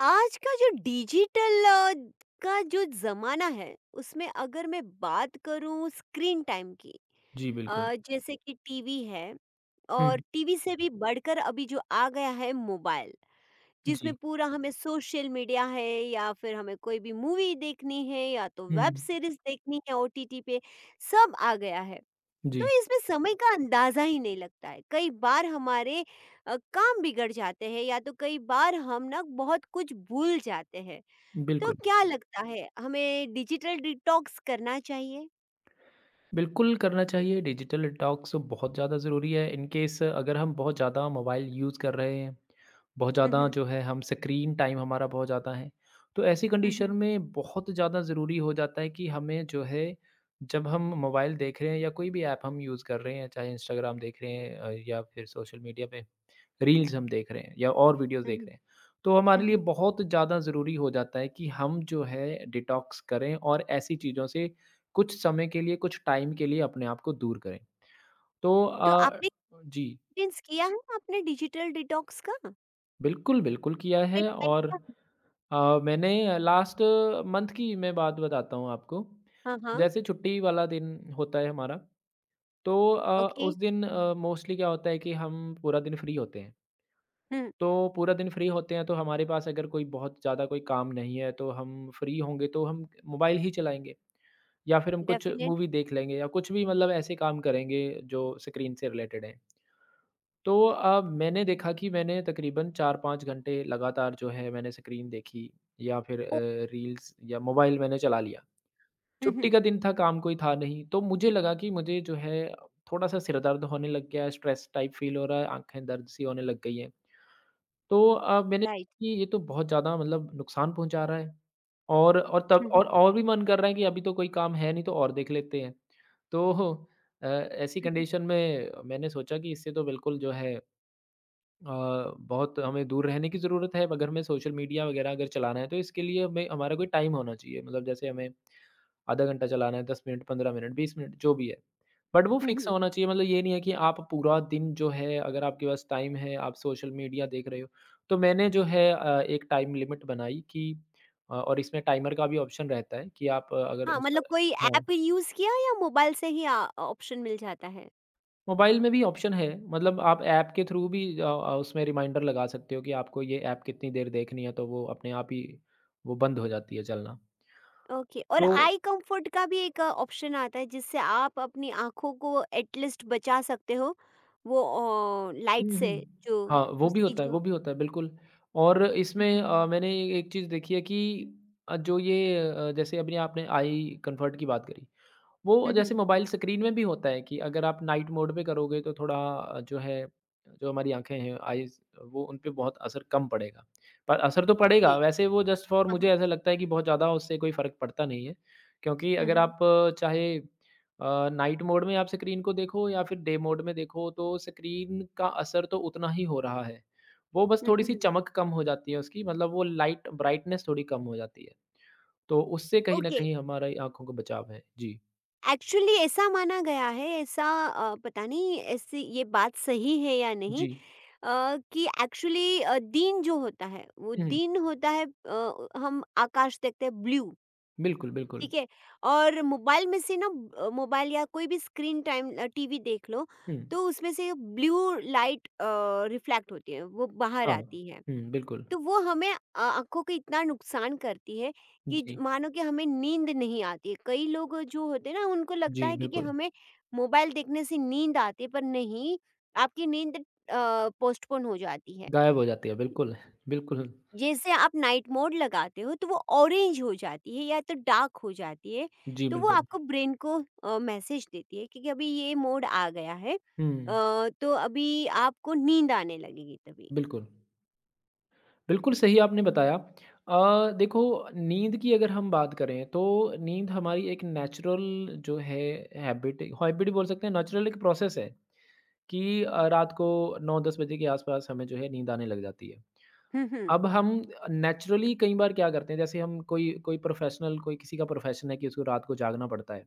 आज का जो डिजिटल का जो ज़माना है उसमें अगर मैं बात करूं स्क्रीन टाइम की जी, बिल्कुल। जैसे कि टीवी है हुँ। और टीवी से भी बढ़कर अभी जो आ गया है मोबाइल, जिसमें जी। पूरा हमें सोशल मीडिया है या फिर हमें कोई भी मूवी देखनी है या तो हुँ। वेब सीरीज देखनी है ओटीटी पे, सब आ गया है। तो जी, इसमें समय का अंदाज़ा ही नहीं लगता है। कई बार हमारे काम बिगड़ जाते हैं या तो कई बार हम ना बहुत कुछ भूल जाते हैं। तो बिल्कुल। क्या लगता है हमें डिजिटल डिटॉक्स करना चाहिए? बिल्कुल करना चाहिए डिजिटल डिटॉक्स बहुत ज़्यादा ज़रूरी है। इन केस अगर हम बहुत ज़्यादा मोबाइल यूज़ कर रहे हैं, बहुत हुँ, ज़्यादा हुँ, जो है हम स्क्रीन टाइम हमारा बहुत ज़्यादा है, तो ऐसी हुँ, कंडीशन हुँ, में बहुत ज़्यादा ज़रूरी हो जाता है कि हमें जो है जब हम मोबाइल देख रहे हैं या कोई भी ऐप हम यूज़ कर रहे हैं, चाहे इंस्टाग्राम देख रहे हैं या फिर सोशल मीडिया पे रील्स हम देख रहे हैं या और वीडियोस हुँ, देख हुँ, रहे हैं। तो हमारे हुँ, लिए हुँ। बहुत ज़्यादा ज़रूरी हो जाता है कि हम जो है डिटॉक्स करें और ऐसी चीज़ों से कुछ समय के लिए, कुछ टाइम के लिए अपने आप को दूर करें। तो तो आपने जी, एक्सपीरियंस किया है आपने डिजिटल डिटॉक्स का? बिल्कुल, बिल्कुल किया किस है टाइप और का? मैंने लास्ट मंथ की मैं बात बताता हूँ आपको। हाँ, हाँ, जैसे छुट्टी वाला दिन होता है हमारा, तो ओके। उस दिन मोस्टली क्या होता है कि हम पूरा दिन फ्री होते हैं। हुँ, तो पूरा दिन फ्री होते हैं तो हमारे पास अगर कोई बहुत ज़्यादा कोई काम नहीं है तो हम फ्री होंगे तो हम मोबाइल ही चलाएँगे या फिर हम कुछ डेफिनेट। मूवी देख लेंगे या कुछ भी मतलब ऐसे काम करेंगे जो स्क्रीन से रिलेटेड हैं। तो मैंने देखा कि मैंने तकरीबन 4-5 घंटे लगातार जो है मैंने स्क्रीन देखी या फिर ओ। रील्स या मोबाइल मैंने चला लिया। हुँ, छुट्टी हुँ, का दिन था, काम कोई था नहीं, तो मुझे लगा कि मुझे जो है थोड़ा-सा सिर दर्द होने लग गया है, स्ट्रेस टाइप फ़ील हो रहा है, आँखें दर्द सी होने लग गई हैं। तो मैंने राइट। कि ये तो बहुत ज़्यादा मतलब नुकसान पहुँचा रहा है और तब हुँ, और हुँ, और भी मन कर रहा है कि अभी तो कोई काम है नहीं तो और देख लेते हैं। तो ऐसी हुँ, हुँ, कंडीशन में मैंने सोचा कि इससे तो बिल्कुल जो है अ, बहुत हमें दूर रहने की ज़रूरत है। अगर हमें सोशल मीडिया वगैरह अगर चलाना है तो इसके लिए हमें हमारा कोई टाइम होना चाहिए। मतलब जैसे हमें आधा घंटा चलाना है, 10 मिनट, 15 मिनट, 20 मिनट जो भी है। बट वो हुँ, फिक्स हुँ। होना चाहिए मतलब ये नहीं है कि आप पूरा दिन जो है अगर आपके पास टाइम है, आप सोशल मीडिया देख रहे हो। तो मैंने जो है एक टाइम लिमिट बनाई कि और इसमें टाइमर का भी ऑप्शन रहता है कि आप अगर हाँ, इंस्टा मतलब कोई हाँ, ऐप यूज़ किया या मोबाइल से ही ऑप्शन मिल जाता है? मोबाइल में भी ऑप्शन है मतलब आप ऐप के थ्रू भी उसमें रिमाइंडर लगा सकते हो कि आपको ये ऐप कितनी देर देखनी है, तो वो अपने आप ही वो बंद हो जाती है चलना। ओके। और तो आई कंफर्ट का भी एक ऑप्शन आता है, जिससे आप अपनी आंखों को एटलीस्ट बचा सकते हो वो लाइट हुँ, से। हुँ। जो हाँ, वो भी उसकी होता है जो वो भी होता है, बिल्कुल। और इसमें मैंने एक चीज़ देखी है कि जो ये जैसे अभी आपने आई कंफर्ट की बात करी, वो जैसे मोबाइल स्क्रीन में भी होता है कि अगर आप नाइट मोड पे करोगे तो थोड़ा जो है जो हमारी आँखें हैं आइज़ वो उन पे बहुत असर कम पड़ेगा। पर असर तो ओके। पड़ेगा वैसे वो जस्ट फ़ॉर मुझे ऐसा लगता है कि बहुत ज़्यादा उससे कोई फ़र्क पड़ता नहीं है। क्योंकि अगर आप चाहे चाहे नाइट मोड में आप स्क्रीन को देखो या फिर डे मोड में देखो तो स्क्रीन का असर तो उतना ही हो रहा है। वो बस थोड़ी-सी चमक कम हो जाती है उसकी मतलब वो लाइट ब्राइटनेस थोड़ी कम हो जाती है। तो उससे कहीं न ओके, कहीं हमारी आँखों को बचाव है। जी। एक्चुअली ऐसा माना गया है, ऐसा पता नहीं ऐसी ये बात सही है या नहीं जी। कि एक्चुअली दिन जो होता है वो हुँ, हुँ। दिन होता है, हम आकाश देखते हैं ब्लू। बिल्कुल, बिल्कुल। ठीक है। और मोबाइल में से ना मोबाइल या कोई भी स्क्रीन टाइम, टीवी देख लो, हुँ। तो उसमें से ब्लू लाइट रिफ्लेक्ट होती है, वो बाहर हाँ। आती है। हुँ, बिल्कुल। तो वो हमें आंखों को इतना नुकसान करती है कि जी, मानो कि हमें नींद नहीं आती है। कई लोग जो होते हैं ना, उनको लगता जी, है कि बिल्कुल। हमें मोबाइल देखने से नींद आती है, पर नहीं, आपकी नींद पोस्टपोन हो जाती है। गायब हो जाती है, बिल्कुल, बिल्कुल। जैसे आप नाइट मोड लगाते हो तो वो ऑरेंज हो जाती है या तो डार्क हो जाती है, जी, तो वो बिल्कुल। आपको ब्रेन को मैसेज देती है क्योंकि अभी ये मोड आ गया है, हुँ, तो अभी आपको नींद आने लगेगी तभी। बिल्कुल। बिल्कुल सही आपने बताया। देखो नींद की अगर हम बात करें तो नींद हमारी एक नेचुरल जो है हैबिट हैबिट बोल सकते हैं नेचुरल एक प्रोसेस है कि रात को 9-10 बजे के आस-पास हमें जो है नींद आने लग जाती है। हम्म, हम्म, अब हम नेचुरली कई बार क्या करते हैं जैसे हम कोई कोई प्रोफ़ेशनल कोई किसी का प्रोफ़ेशन है कि उसको रात को जागना पड़ता है।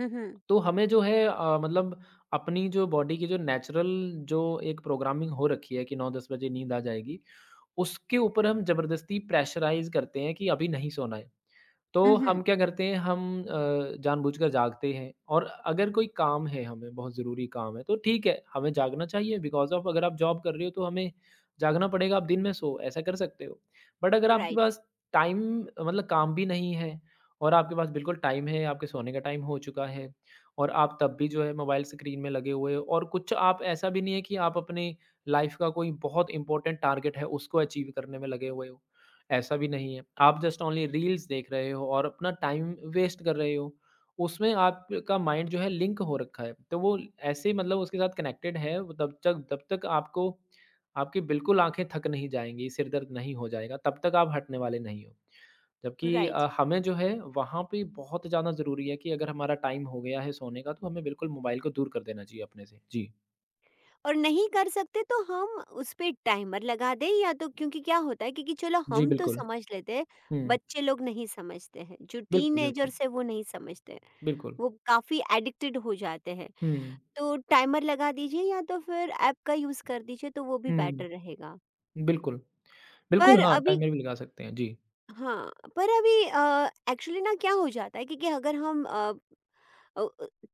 हम्म, हम्म, तो हमें जो है मतलब अपनी जो बॉडी की जो नेचुरल जो एक प्रोग्रामिंग हो रखी है कि 9-10 बजे नींद आ जाएगी, उसके ऊपर हम ज़बरदस्ती प्रेशराइज़ करते हैं कि अभी नहीं सोना है। तो हम्म, हम्म, हम क्या करते हैं हम जानबूझकर जागते हैं और अगर कोई काम है हमें बहुत ज़रूरी काम है तो ठीक है, हमें जागना चाहिए बिकॉज़ ऑफ अगर आप जॉब कर रहे हो तो हमें जागना पड़ेगा, आप दिन में सोओ, ऐसा कर सकते हो। बट अगर आपके राइट, पास टाइम मतलब काम भी नहीं है और आपके पास बिल्कुल टाइम है, आपके सोने का टाइम हो चुका है और आप तब भी जो है मोबाइल स्क्रीन में लगे हुए हो और कुछ आप ऐसा भी नहीं है कि आप अपने लाइफ़ का कोई बहुत इम्पोर्टेंट टारगेट है उसको अचीव करने में लगे हुए हो। ऐसा भी नहीं है। आप जस्ट ओनली रील्स देख रहे हो और अपना टाइम वेस्ट कर रहे हो। उसमें आपका माइंड जो है लिंक हो रखा है। तो वो ऐसे ही मतलब उसके साथ कनेक्टेड है वो तब तक आपको आपकी बिल्कुल आँखें थक नहीं जाएँगी, सिर दर्द नहीं हो जाएगा, तब तक आप हटने वाले नहीं हो। जबकि राइट। हमें जो है वहाँ पे बहुत ज़्यादा ज़रूरी है कि अगर हमारा टाइम हो गया है सोने का तो हमें बिल्कुल मोबाइल को दूर कर देना चाहिए अपने से। जी। और नहीं कर सकते तो हम उस पे टाइमर लगा दें, या तो क्योंकि क्या होता है, क्योंकि चलो जी, हम तो बिल्कुल। समझ लेते हैं, हुँ। बच्चे लोग नहीं समझते हैं, जो बिल्कुल, बिल्कुल। टीनेजर्स है वो नहीं समझते हैं, बिल्कुल। वो काफी एडिक्टेड हो जाते हैं। हुँ। तो टाइमर लगा दीजिए या तो फिर ऐप का यूज़ कर दीजिए, तो वो भी बेटर हुँ। रहेगा। बिल्कुल। बिल्कुल, पर हाँ, अभी टाइमर भी लगा सकते हैं। जी। हाँ, पर अभी एक्चुअली ना क्या हो जाता है, क्योंकि अगर हम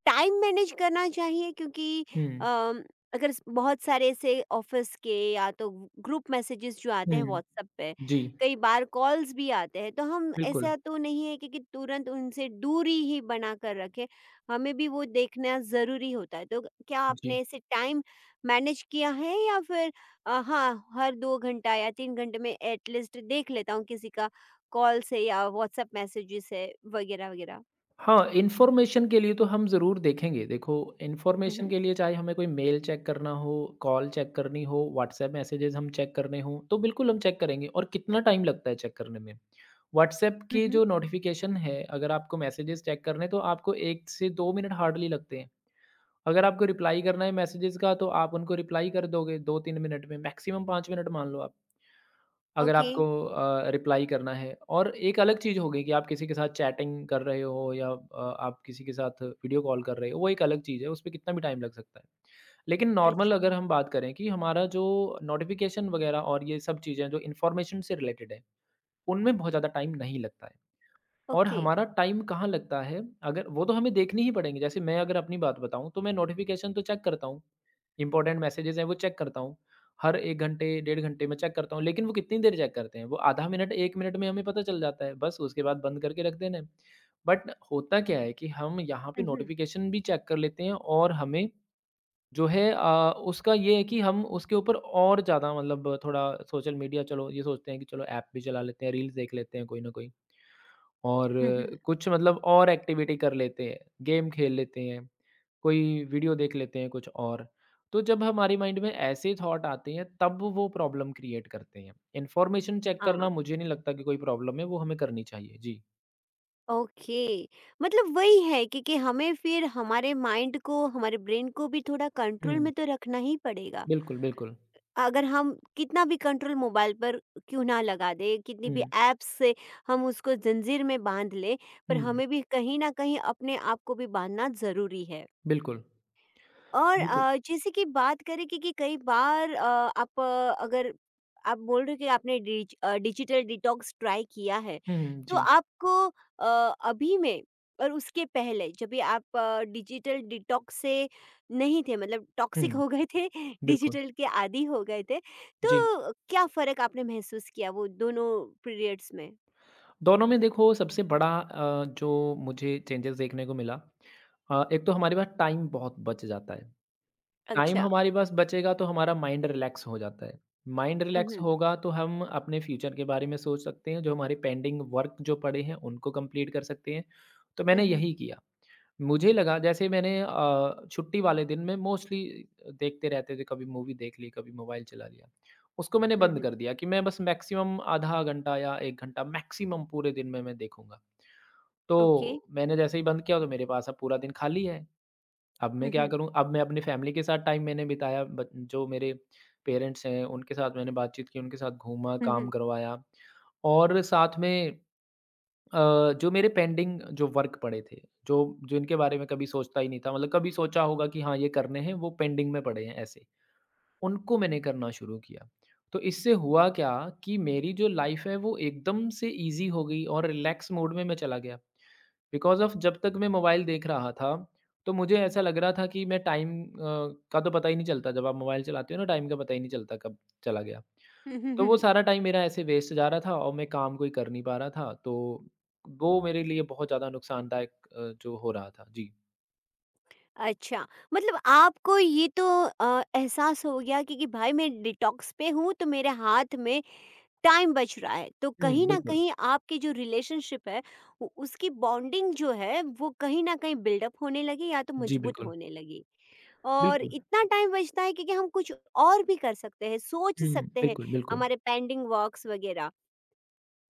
टाइम मैनेज करना चाहिए क्योंकि हुँ, अम, अगर बहुत सारे ऐसे ऑफिस के या तो ग्रुप मैसेजेस जो आते हैं हुँ। व्हाट्सएप पे, जी, कई बार कॉल्स भी आते हैं, तो हम बिल्कुल। ऐसा तो नहीं है कि तुरंत उनसे दूरी ही बना कर रखें। हमें भी वो देखना ज़रूरी होता है। तो क्या जी। आपने ऐसे टाइम मैनेज किया है या फिर हाँ, हर दो घंटा या तीन घंटे में एटलीस्ट देख लेता हूँ किसी का कॉल से या व्हाट्सएप मैसेजेस है वगैरह वगैरह। हाँ, इन्फॉर्मेशन के लिए तो हम ज़रूर देखेंगे। देखो, इन्फॉर्मेशन हम्म, के लिए चाहे हमें कोई मेल चेक करना हो, कॉल चेक करनी हो, व्हाट्सएप मैसेजेज़ हम चेक करने हों, तो बिल्कुल हम चेक करेंगे और कितना टाइम लगता है चेक करने में। व्हाट्सएप के हम्म, जो नोटिफ़िकेशन है, अगर आपको मैसेजेज़ चेक करने हैं, तो आपको 1 से 2 मिनट हार्डली लगते हैं। अगर आपको रिप्लाई करना है मैसेजेज़ का, तो आप उनको रिप्लाई कर दोगे 2-3 मिनट में, मैक्सिमम 5 मिनट मान लो आप। अगर ओके। आपको रिप्लाई करना है और एक अलग चीज़ हम्म, हो गई कि आप किसी के साथ चैटिंग कर रहे हो या आप किसी के साथ वीडियो कॉल कर रहे हो, वो एक अलग चीज़ है, उसपे कितना भी टाइम लग सकता है। लेकिन नॉर्मल अच्छा। अगर हम बात करें कि हमारा जो नोटिफ़िकेशन वगैरह और ये सब चीज़ें जो इन्फॉर्मेशन से रिलेटेड है, उनमें बहुत ज़्यादा टाइम नहीं लगता है। और ओके। हमारा टाइम कहाँ लगता है, अगर वो तो हमें देखनी ही पड़ेंगे। जैसे मैं अगर अपनी बात बताऊँ, तो मैं नोटिफ़िकेशन तो चेक करता हूँ। इम्पोर्टेंट मैसेजेज़ हैं, वो चेक करता हूँ। हर 1 घंटे, डेढ़ घंटे में चेक करता हूँ, लेकिन वो कितनी देर चेक करते हैं? वो आधा मिनट, 1 मिनट में हमें पता चल जाता है, बस उसके बाद बंद करके रख देना है। बट होता क्या है कि हम यहाँ पे हम्म, नोटिफ़िकेशन भी चेक कर लेते हैं और हमें जो है उसका ये है कि हम उसके ऊपर और ज़्यादा मतलब थोड़ा सोशल मीडिया चलो, ये सोचते हैं कि चलो ऐप भी चला लेते हैं, रील्स देख लेते हैं कोई ना कोई। और हम्म, कुछ मतलब और एक्टिविटी कर लेते हैं, गेम खेल लेते हैं, कोई वीडियो देख लेते हैं कुछ और। तो जब हमारे माइंड में ऐसे थॉट आते हैं तब वो प्रॉब्लम क्रिएट करते हैं। इन्फॉर्मेशन चेक करना हाँ। मुझे नहीं लगता कि कोई प्रॉब्लम है, वो हमें करनी चाहिए। जी। ओके। मतलब वही है कि हमें फिर हमारे माइंड को, हमारे ब्रेन को भी थोड़ा कंट्रोल हुँ, में तो रखना ही पड़ेगा। बिल्कुल, बिल्कुल। अगर हम कितना भी कंट्रोल मोबाइल पर क्यों ना लगा दे, कितनी हुँ, भी ऐप्स से हम उसको जंजीर में बांध ले, पर हुँ, हमें भी कहीं ना कहीं अपने आप को भी बांधना जरूरी है। बिल्कुल, और बिल्कुल। जैसे कि बात करें कि कई बार, अगर आप बोल रहे हो कि आपने डिजिटल डिटॉक्स ट्राई किया है, हुँ, हुँ, तो जी। आपको अभी में और उसके पहले जब भी आप डिजिटल डिटॉक्स से नहीं थे, मतलब टॉक्सिक हुँ, हो गए थे, बिल्कुल, डिजिटल के आदी हो गए थे, जी। तो क्या फ़र्क आपने महसूस किया वो दोनों पीरियड्स में? दोनों में देखो सबसे बड़ा जो मुझे चेंजेस देखने को मिला एक तो हमारे पास टाइम बहुत बच जाता है। टाइम अच्छा। हमारे पास बचेगा तो हमारा माइंड रिलैक्स हो जाता है। माइंड हुँ, रिलैक्स हुँ। होगा तो हम अपने फ्यूचर के बारे में सोच सकते हैं, जो हमारे पेंडिंग वर्क जो पड़े हैं उनको कंप्लीट कर सकते हैं। तो हुँ, मैंने हुँ। यही किया। मुझे लगा जैसे मैंने छुट्टी वाले दिन में मोस्टली देखते रहते थे, कभी मूवी देख ली, कभी मोबाइल चला लिया। उसको मैंने हुँ, बंद हुँ। कर दिया कि मैं बस मैक्सिमम आधा घंटा या 1 घंटा मैक्सिमम पूरे दिन में मैं देखूँगा। तो ओके। मैंने जैसे ही बंद किया तो मेरे पास अब पूरा दिन खाली है। अब मैं हुँ, क्या हुँ। करूँ? अब मैं अपनी फ़ैमिली के साथ टाइम मैंने बिताया बत जो मेरे पेरेंट्स हैं, उनके साथ मैंने बातचीत की, उनके साथ घूमा, हुँ, काम हुँ। करवाया और साथ में जो मेरे पेंडिंग जो वर्क पड़े थे, जो जिनके बारे में कभी सोचता ही नहीं था, मतलब कभी सोचा होगा कि हाँ, ये करने हैं, वो पेंडिंग में पड़े हैं, ऐसे। उनको मैंने करना शुरू किया। तो इससे हुआ क्या कि मेरी जो लाइफ़ है, वो एकदम से ईज़ी हो गई और रिलैक्स मोड में मैं चला गया। बिकॉज़ ऑफ़ जब तक मैं मोबाइल देख रहा था, तो मुझे ऐसा लग रहा था कि मैं टाइम का तो पता ही नहीं चलता, जब आप मोबाइल चलाते हो ना टाइम का पता ही नहीं चलता कब चला गया। हुँ, हुँ, तो हुँ, वो हुँ। सारा टाइम मेरा ऐसे वेस्ट जा रहा था और मैं काम कोई कर नहीं पा रहा था, तो वो मेरे लिए बहुत ज़्यादा नुकसानदायक जो हो रहा था। जी। अच्छा, मतलब आपको ये तो एहसास हो गया कि भाई मैं डिटॉक्स पे हूँ तो मेरे हाथ में टाइम बच रहा है। तो हुँ, कहीं न बिल्कुल। कहीं आपकी जो रिलेशनशिप है, उ उसकी बॉन्डिंग जो है, वो कहीं न कहीं बिल्डअप होने लगी या तो जी, मजबूत बिल्कुल। होने लगी। और बिल्कुल। इतना टाइम बचता है कि हम कुछ और भी कर सकते हैं, सोच हुँ, सकते हैं, बिल्कुल, बिल्कुल। हमारे पेंडिंग वर्क्स वगैरह।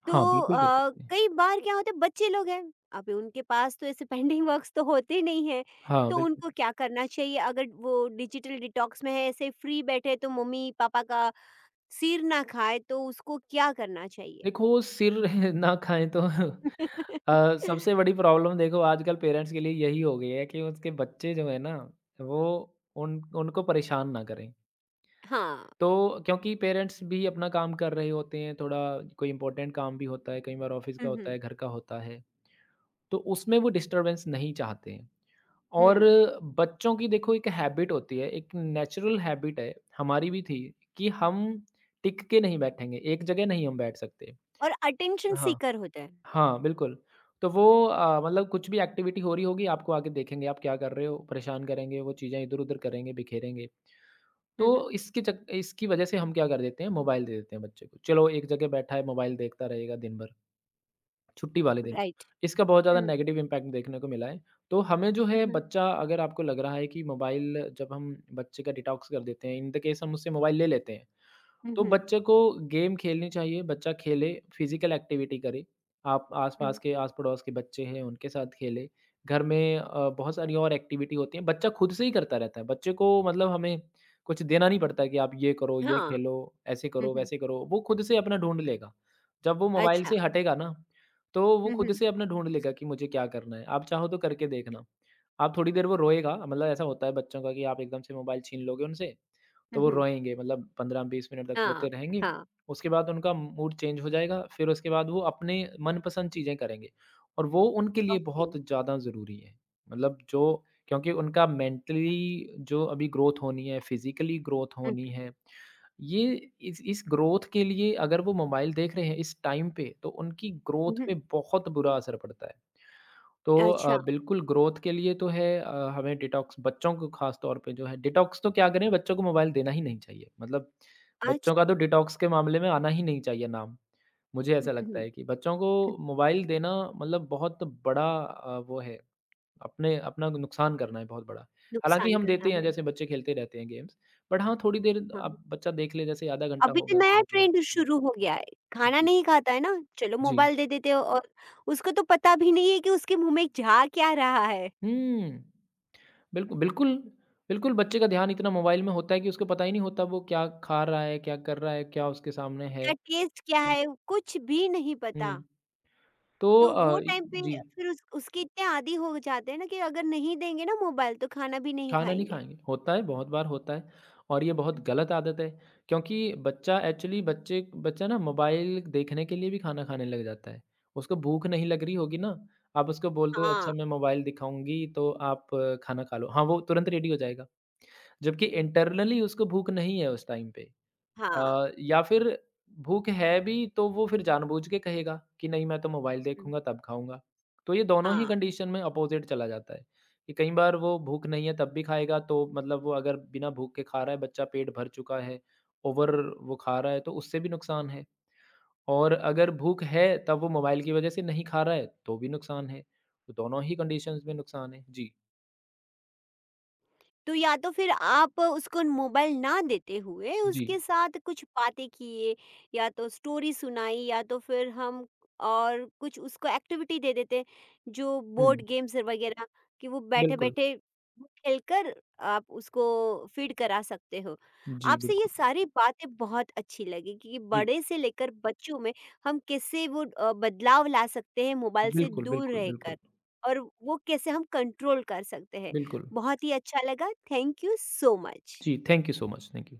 तो हाँ, बिल्कुल कर सकते हैं। कई बार क्या होता है, बच्चे लोग हैं, अब उनके पास तो ऐसे पेंडिंग वर्क्स तो होते नहीं हैं, हाँ, तो उनको बिल्कुल। क्या करना चाहिए? अगर वो डिजिटल डिटॉक्स में है, ऐसे फ्री बैठे तो मम्मी-पापा का सिर ना खाए, तो उसको क्या करना चाहिए? देखो, सिर ना खाएँ तो सबसे बड़ी प्रॉब्लम देखो आजकल पेरेंट्स के लिए यही हो गई है कि उसके बच्चे जो हैं ना, वो उन उनको परेशान ना करें। हाँ। तो क्योंकि पेरेंट्स भी अपना काम कर रहे होते हैं, थोड़ा कोई इम्पोर्टेंट काम भी होता है, कई बार ऑफ़िस का हुँ, होता हुँ, है, घर का होता है, तो उसमें वो डिस्टर्बेंस नहीं चाहते हैं। और हुँ। बच्चों की देखो एक हैबिट होती है, एक नेचुरल हैबिट है, हमारी भी थी कि हम टिक के नहीं बैठेंगे, एक जगह नहीं हम बैठ सकते। और अटेंशन हाँ। सीकर होता है। हाँ, बिल्कुल। तो वो मतलब कुछ भी एक्टिविटी हो रही होगी, आपको आके देखेंगे आप क्या कर रहे हो, परेशान करेंगे, वो चीज़ें इधर-उधर करेंगे, बिखेरेंगे। हुँ, हुँ, तो इसके चक इसकी वजह से हम क्या कर देते हैं, मोबाइल दे देते हैं बच्चे को। चलो एक जगह बैठा है, मोबाइल देखता रहेगा दिन भर, छुट्टी वाले दिन। राइट। इसका बहुत ज़्यादा हुँ, नेगेटिव इम्पैक्ट देखने को मिला है। तो हमें जो हुँ, है हुँ, बच्चा अगर आपको लग रहा है कि मोबाइल जब हम बच्चे का डिटॉक्स कर देते हैं, इन द केस हम उससे मोबाइल ले लेते हैं। हुँ, तो हुँ, बच्चे को गेम खेलनी चाहिए, बच्चा खेले, फिज़िकल एक्टिविटी करे। आप आस-पास हुँ, के आस-पड़ोस के बच्चे हैं, उनके साथ खेले। घर में बहुत सारी और एक्टिविटी होती हैं, बच्चा खुद से ही करता रहता है। बच्चे को मतलब हमें कुछ देना नहीं पड़ता है कि आप ये करो, ये हाँ। खेलो, ऐसे हुँ, करो, हुँ, वैसे करो। वो खुद से अपना ढूँढ लेगा। जब वो मोबाइल अच्छा। से हटेगा ना, तो वो हुँ, खुद हुँ, से अपना ढूँढ लेगा कि मुझे क्या करना है। आप चाहो तो करके देखना। आप थोड़ी देर वो रोएगा, मतलब ऐसा होता है बच्चों का कि आप एकदम से मोबाइल छीन लोगे उनसे, तो हुँ, वो हुँ, रोएँगे मतलब 15-20 मिनट तक हाँ, रोते रहेंगे। हाँ, उसके बाद उनका मूड चेंज हो जाएगा, फिर उसके बाद वो अपने मनपसंद चीज़ें करेंगे और वो उनके लिए ओके। बहुत ज़्यादा ज़रूरी है। मतलब जो क्योंकि उनका मेंटली जो अभी ग्रोथ होनी है, फिज़िकली ग्रोथ हुँ, होनी है, ये इस ग्रोथ के लिए अगर वो मोबाइल देख रहे हैं इस टाइम पे, तो उनकी हुँ, ग्रोथ पे हुँ, बहुत बुरा असर पड़ता है। तो हुँ, अच्छा, बिल्कुल ग्रोथ के लिए तो है हमें डिटॉक्स बच्चों को ख़ास तौर पे जो है डिटॉक्स तो क्या करें बच्चों को मोबाइल देना ही नहीं चाहिए। मतलब बच्चों अच्छ का तो डिटॉक्स के मामले में आना ही नहीं चाहिए नाम। मुझे हुँ, ऐसा हुँ, लगता हुँ, है कि बच्चों को हुँ, मोबाइल देना मतलब बहुत बड़ा वो है अपने अपना नुकसान करना है बहुत बड़ा। हालाँकि नुकसान हम कर रहा देते हैं है, जैसे बच्चे खेलते रहते हैं गेम्स, बट हाँ, थोड़ी देर हाँ। अब बच्चा देख ले जैसे आधा घंटा अभी हो तो गया, नया थोड़ी देर हो ट्रेंड हुँ, शुरू हो गया है, खाना जी, नहीं खाता है ना, चलो जी। मोबाइल दे देते हो और उसको तो पता भी नहीं है कि उसके मुँह में जा क्या रहा है, हुँ। बिल्कुल, बिल्कुल बच्चे का ध्यान इतना मोबाइल में होता है कि उसको पता ही नहीं होता वो क्या खा रहा है, क्या कर रहा है, क्या उसके सामने है। उसका टेस्ट क्या है, कुछ भी नहीं पता। हुँ, तो तो वो टाइम पे जी, फिर उस उसके इतने आदी हो जाते हैं ना, कि अगर नहीं देंगे ना मोबाइल तो खाना भी नहीं खाना नहीं खाएँगे। खाएँगे। होता है, बहुत बार होता है और ये बहुत हुँ, हुँ। गलत आदत है क्योंकि बच्चा एक्चुअली बच्चे बच्चा ना मोबाइल देखने के लिए भी खाना खाने लग जाता है। उसको भूख नहीं लग रही होगी ना, आप उसको बोल दो हाँ, अच्छा मैं मोबाइल दिखाऊँगी तो आप खाना खा लो। हाँ, वो तुरंत रेडी हो जाएगा। जबकि इंटरनली उसको भूख नहीं है उस टाइम पे। हाँ, या फिर भूख है भी तो वो फिर जानबूझ के कहेगा कि नहीं मैं तो मोबाइल हुँ, देखूँगा तब खाऊँगा। तो ये दोनों ही हाँ। कंडीशन में अपोज़िट चला जाता है, कि कई बार वो भूख नहीं है तब भी खाएगा तो मतलब वो अगर बिना भूख के खा रहा है बच्चा पेट भर चुका है, ओवर वो खा रहा है तो उससे भी नुकसान है। और अगर भूख है तब वो मोबाइल की वज़ह से नहीं खा रहा है तो भी नुकसान है। तो दोनों ही कंडीशंस में नुकसान है। जी, तो या तो फिर आप उसको मोबाइल ना देते हुए जी। उसके साथ कुछ बातें किए या तो स्टोरी सुनाई, या तो फिर हम और कुछ उसको एक्टिविटी दे देते, जो हुँ, बोर्ड गेम्स वगैरह, कि वो बैठे बिल्कुल। बैठे खेलकर आप उसको फीड करा सकते हो। जी, आपसे ये बिल्कुल। सारी बातें बहुत अच्छी लगी कि जी, बड़े से लेकर बच्चों में हम कैसे वो बदलाव ला सकते हैं मोबाइल से बिल्कुल, दूर बिल्कुल, बिल्कुल, रहकर, और वो कैसे हम कंट्रोल कर सकते हैं। बिल्कुल। बहुत ही अच्छा लगा, थैंक यू सो मच। জি, thank you so much. Thank you.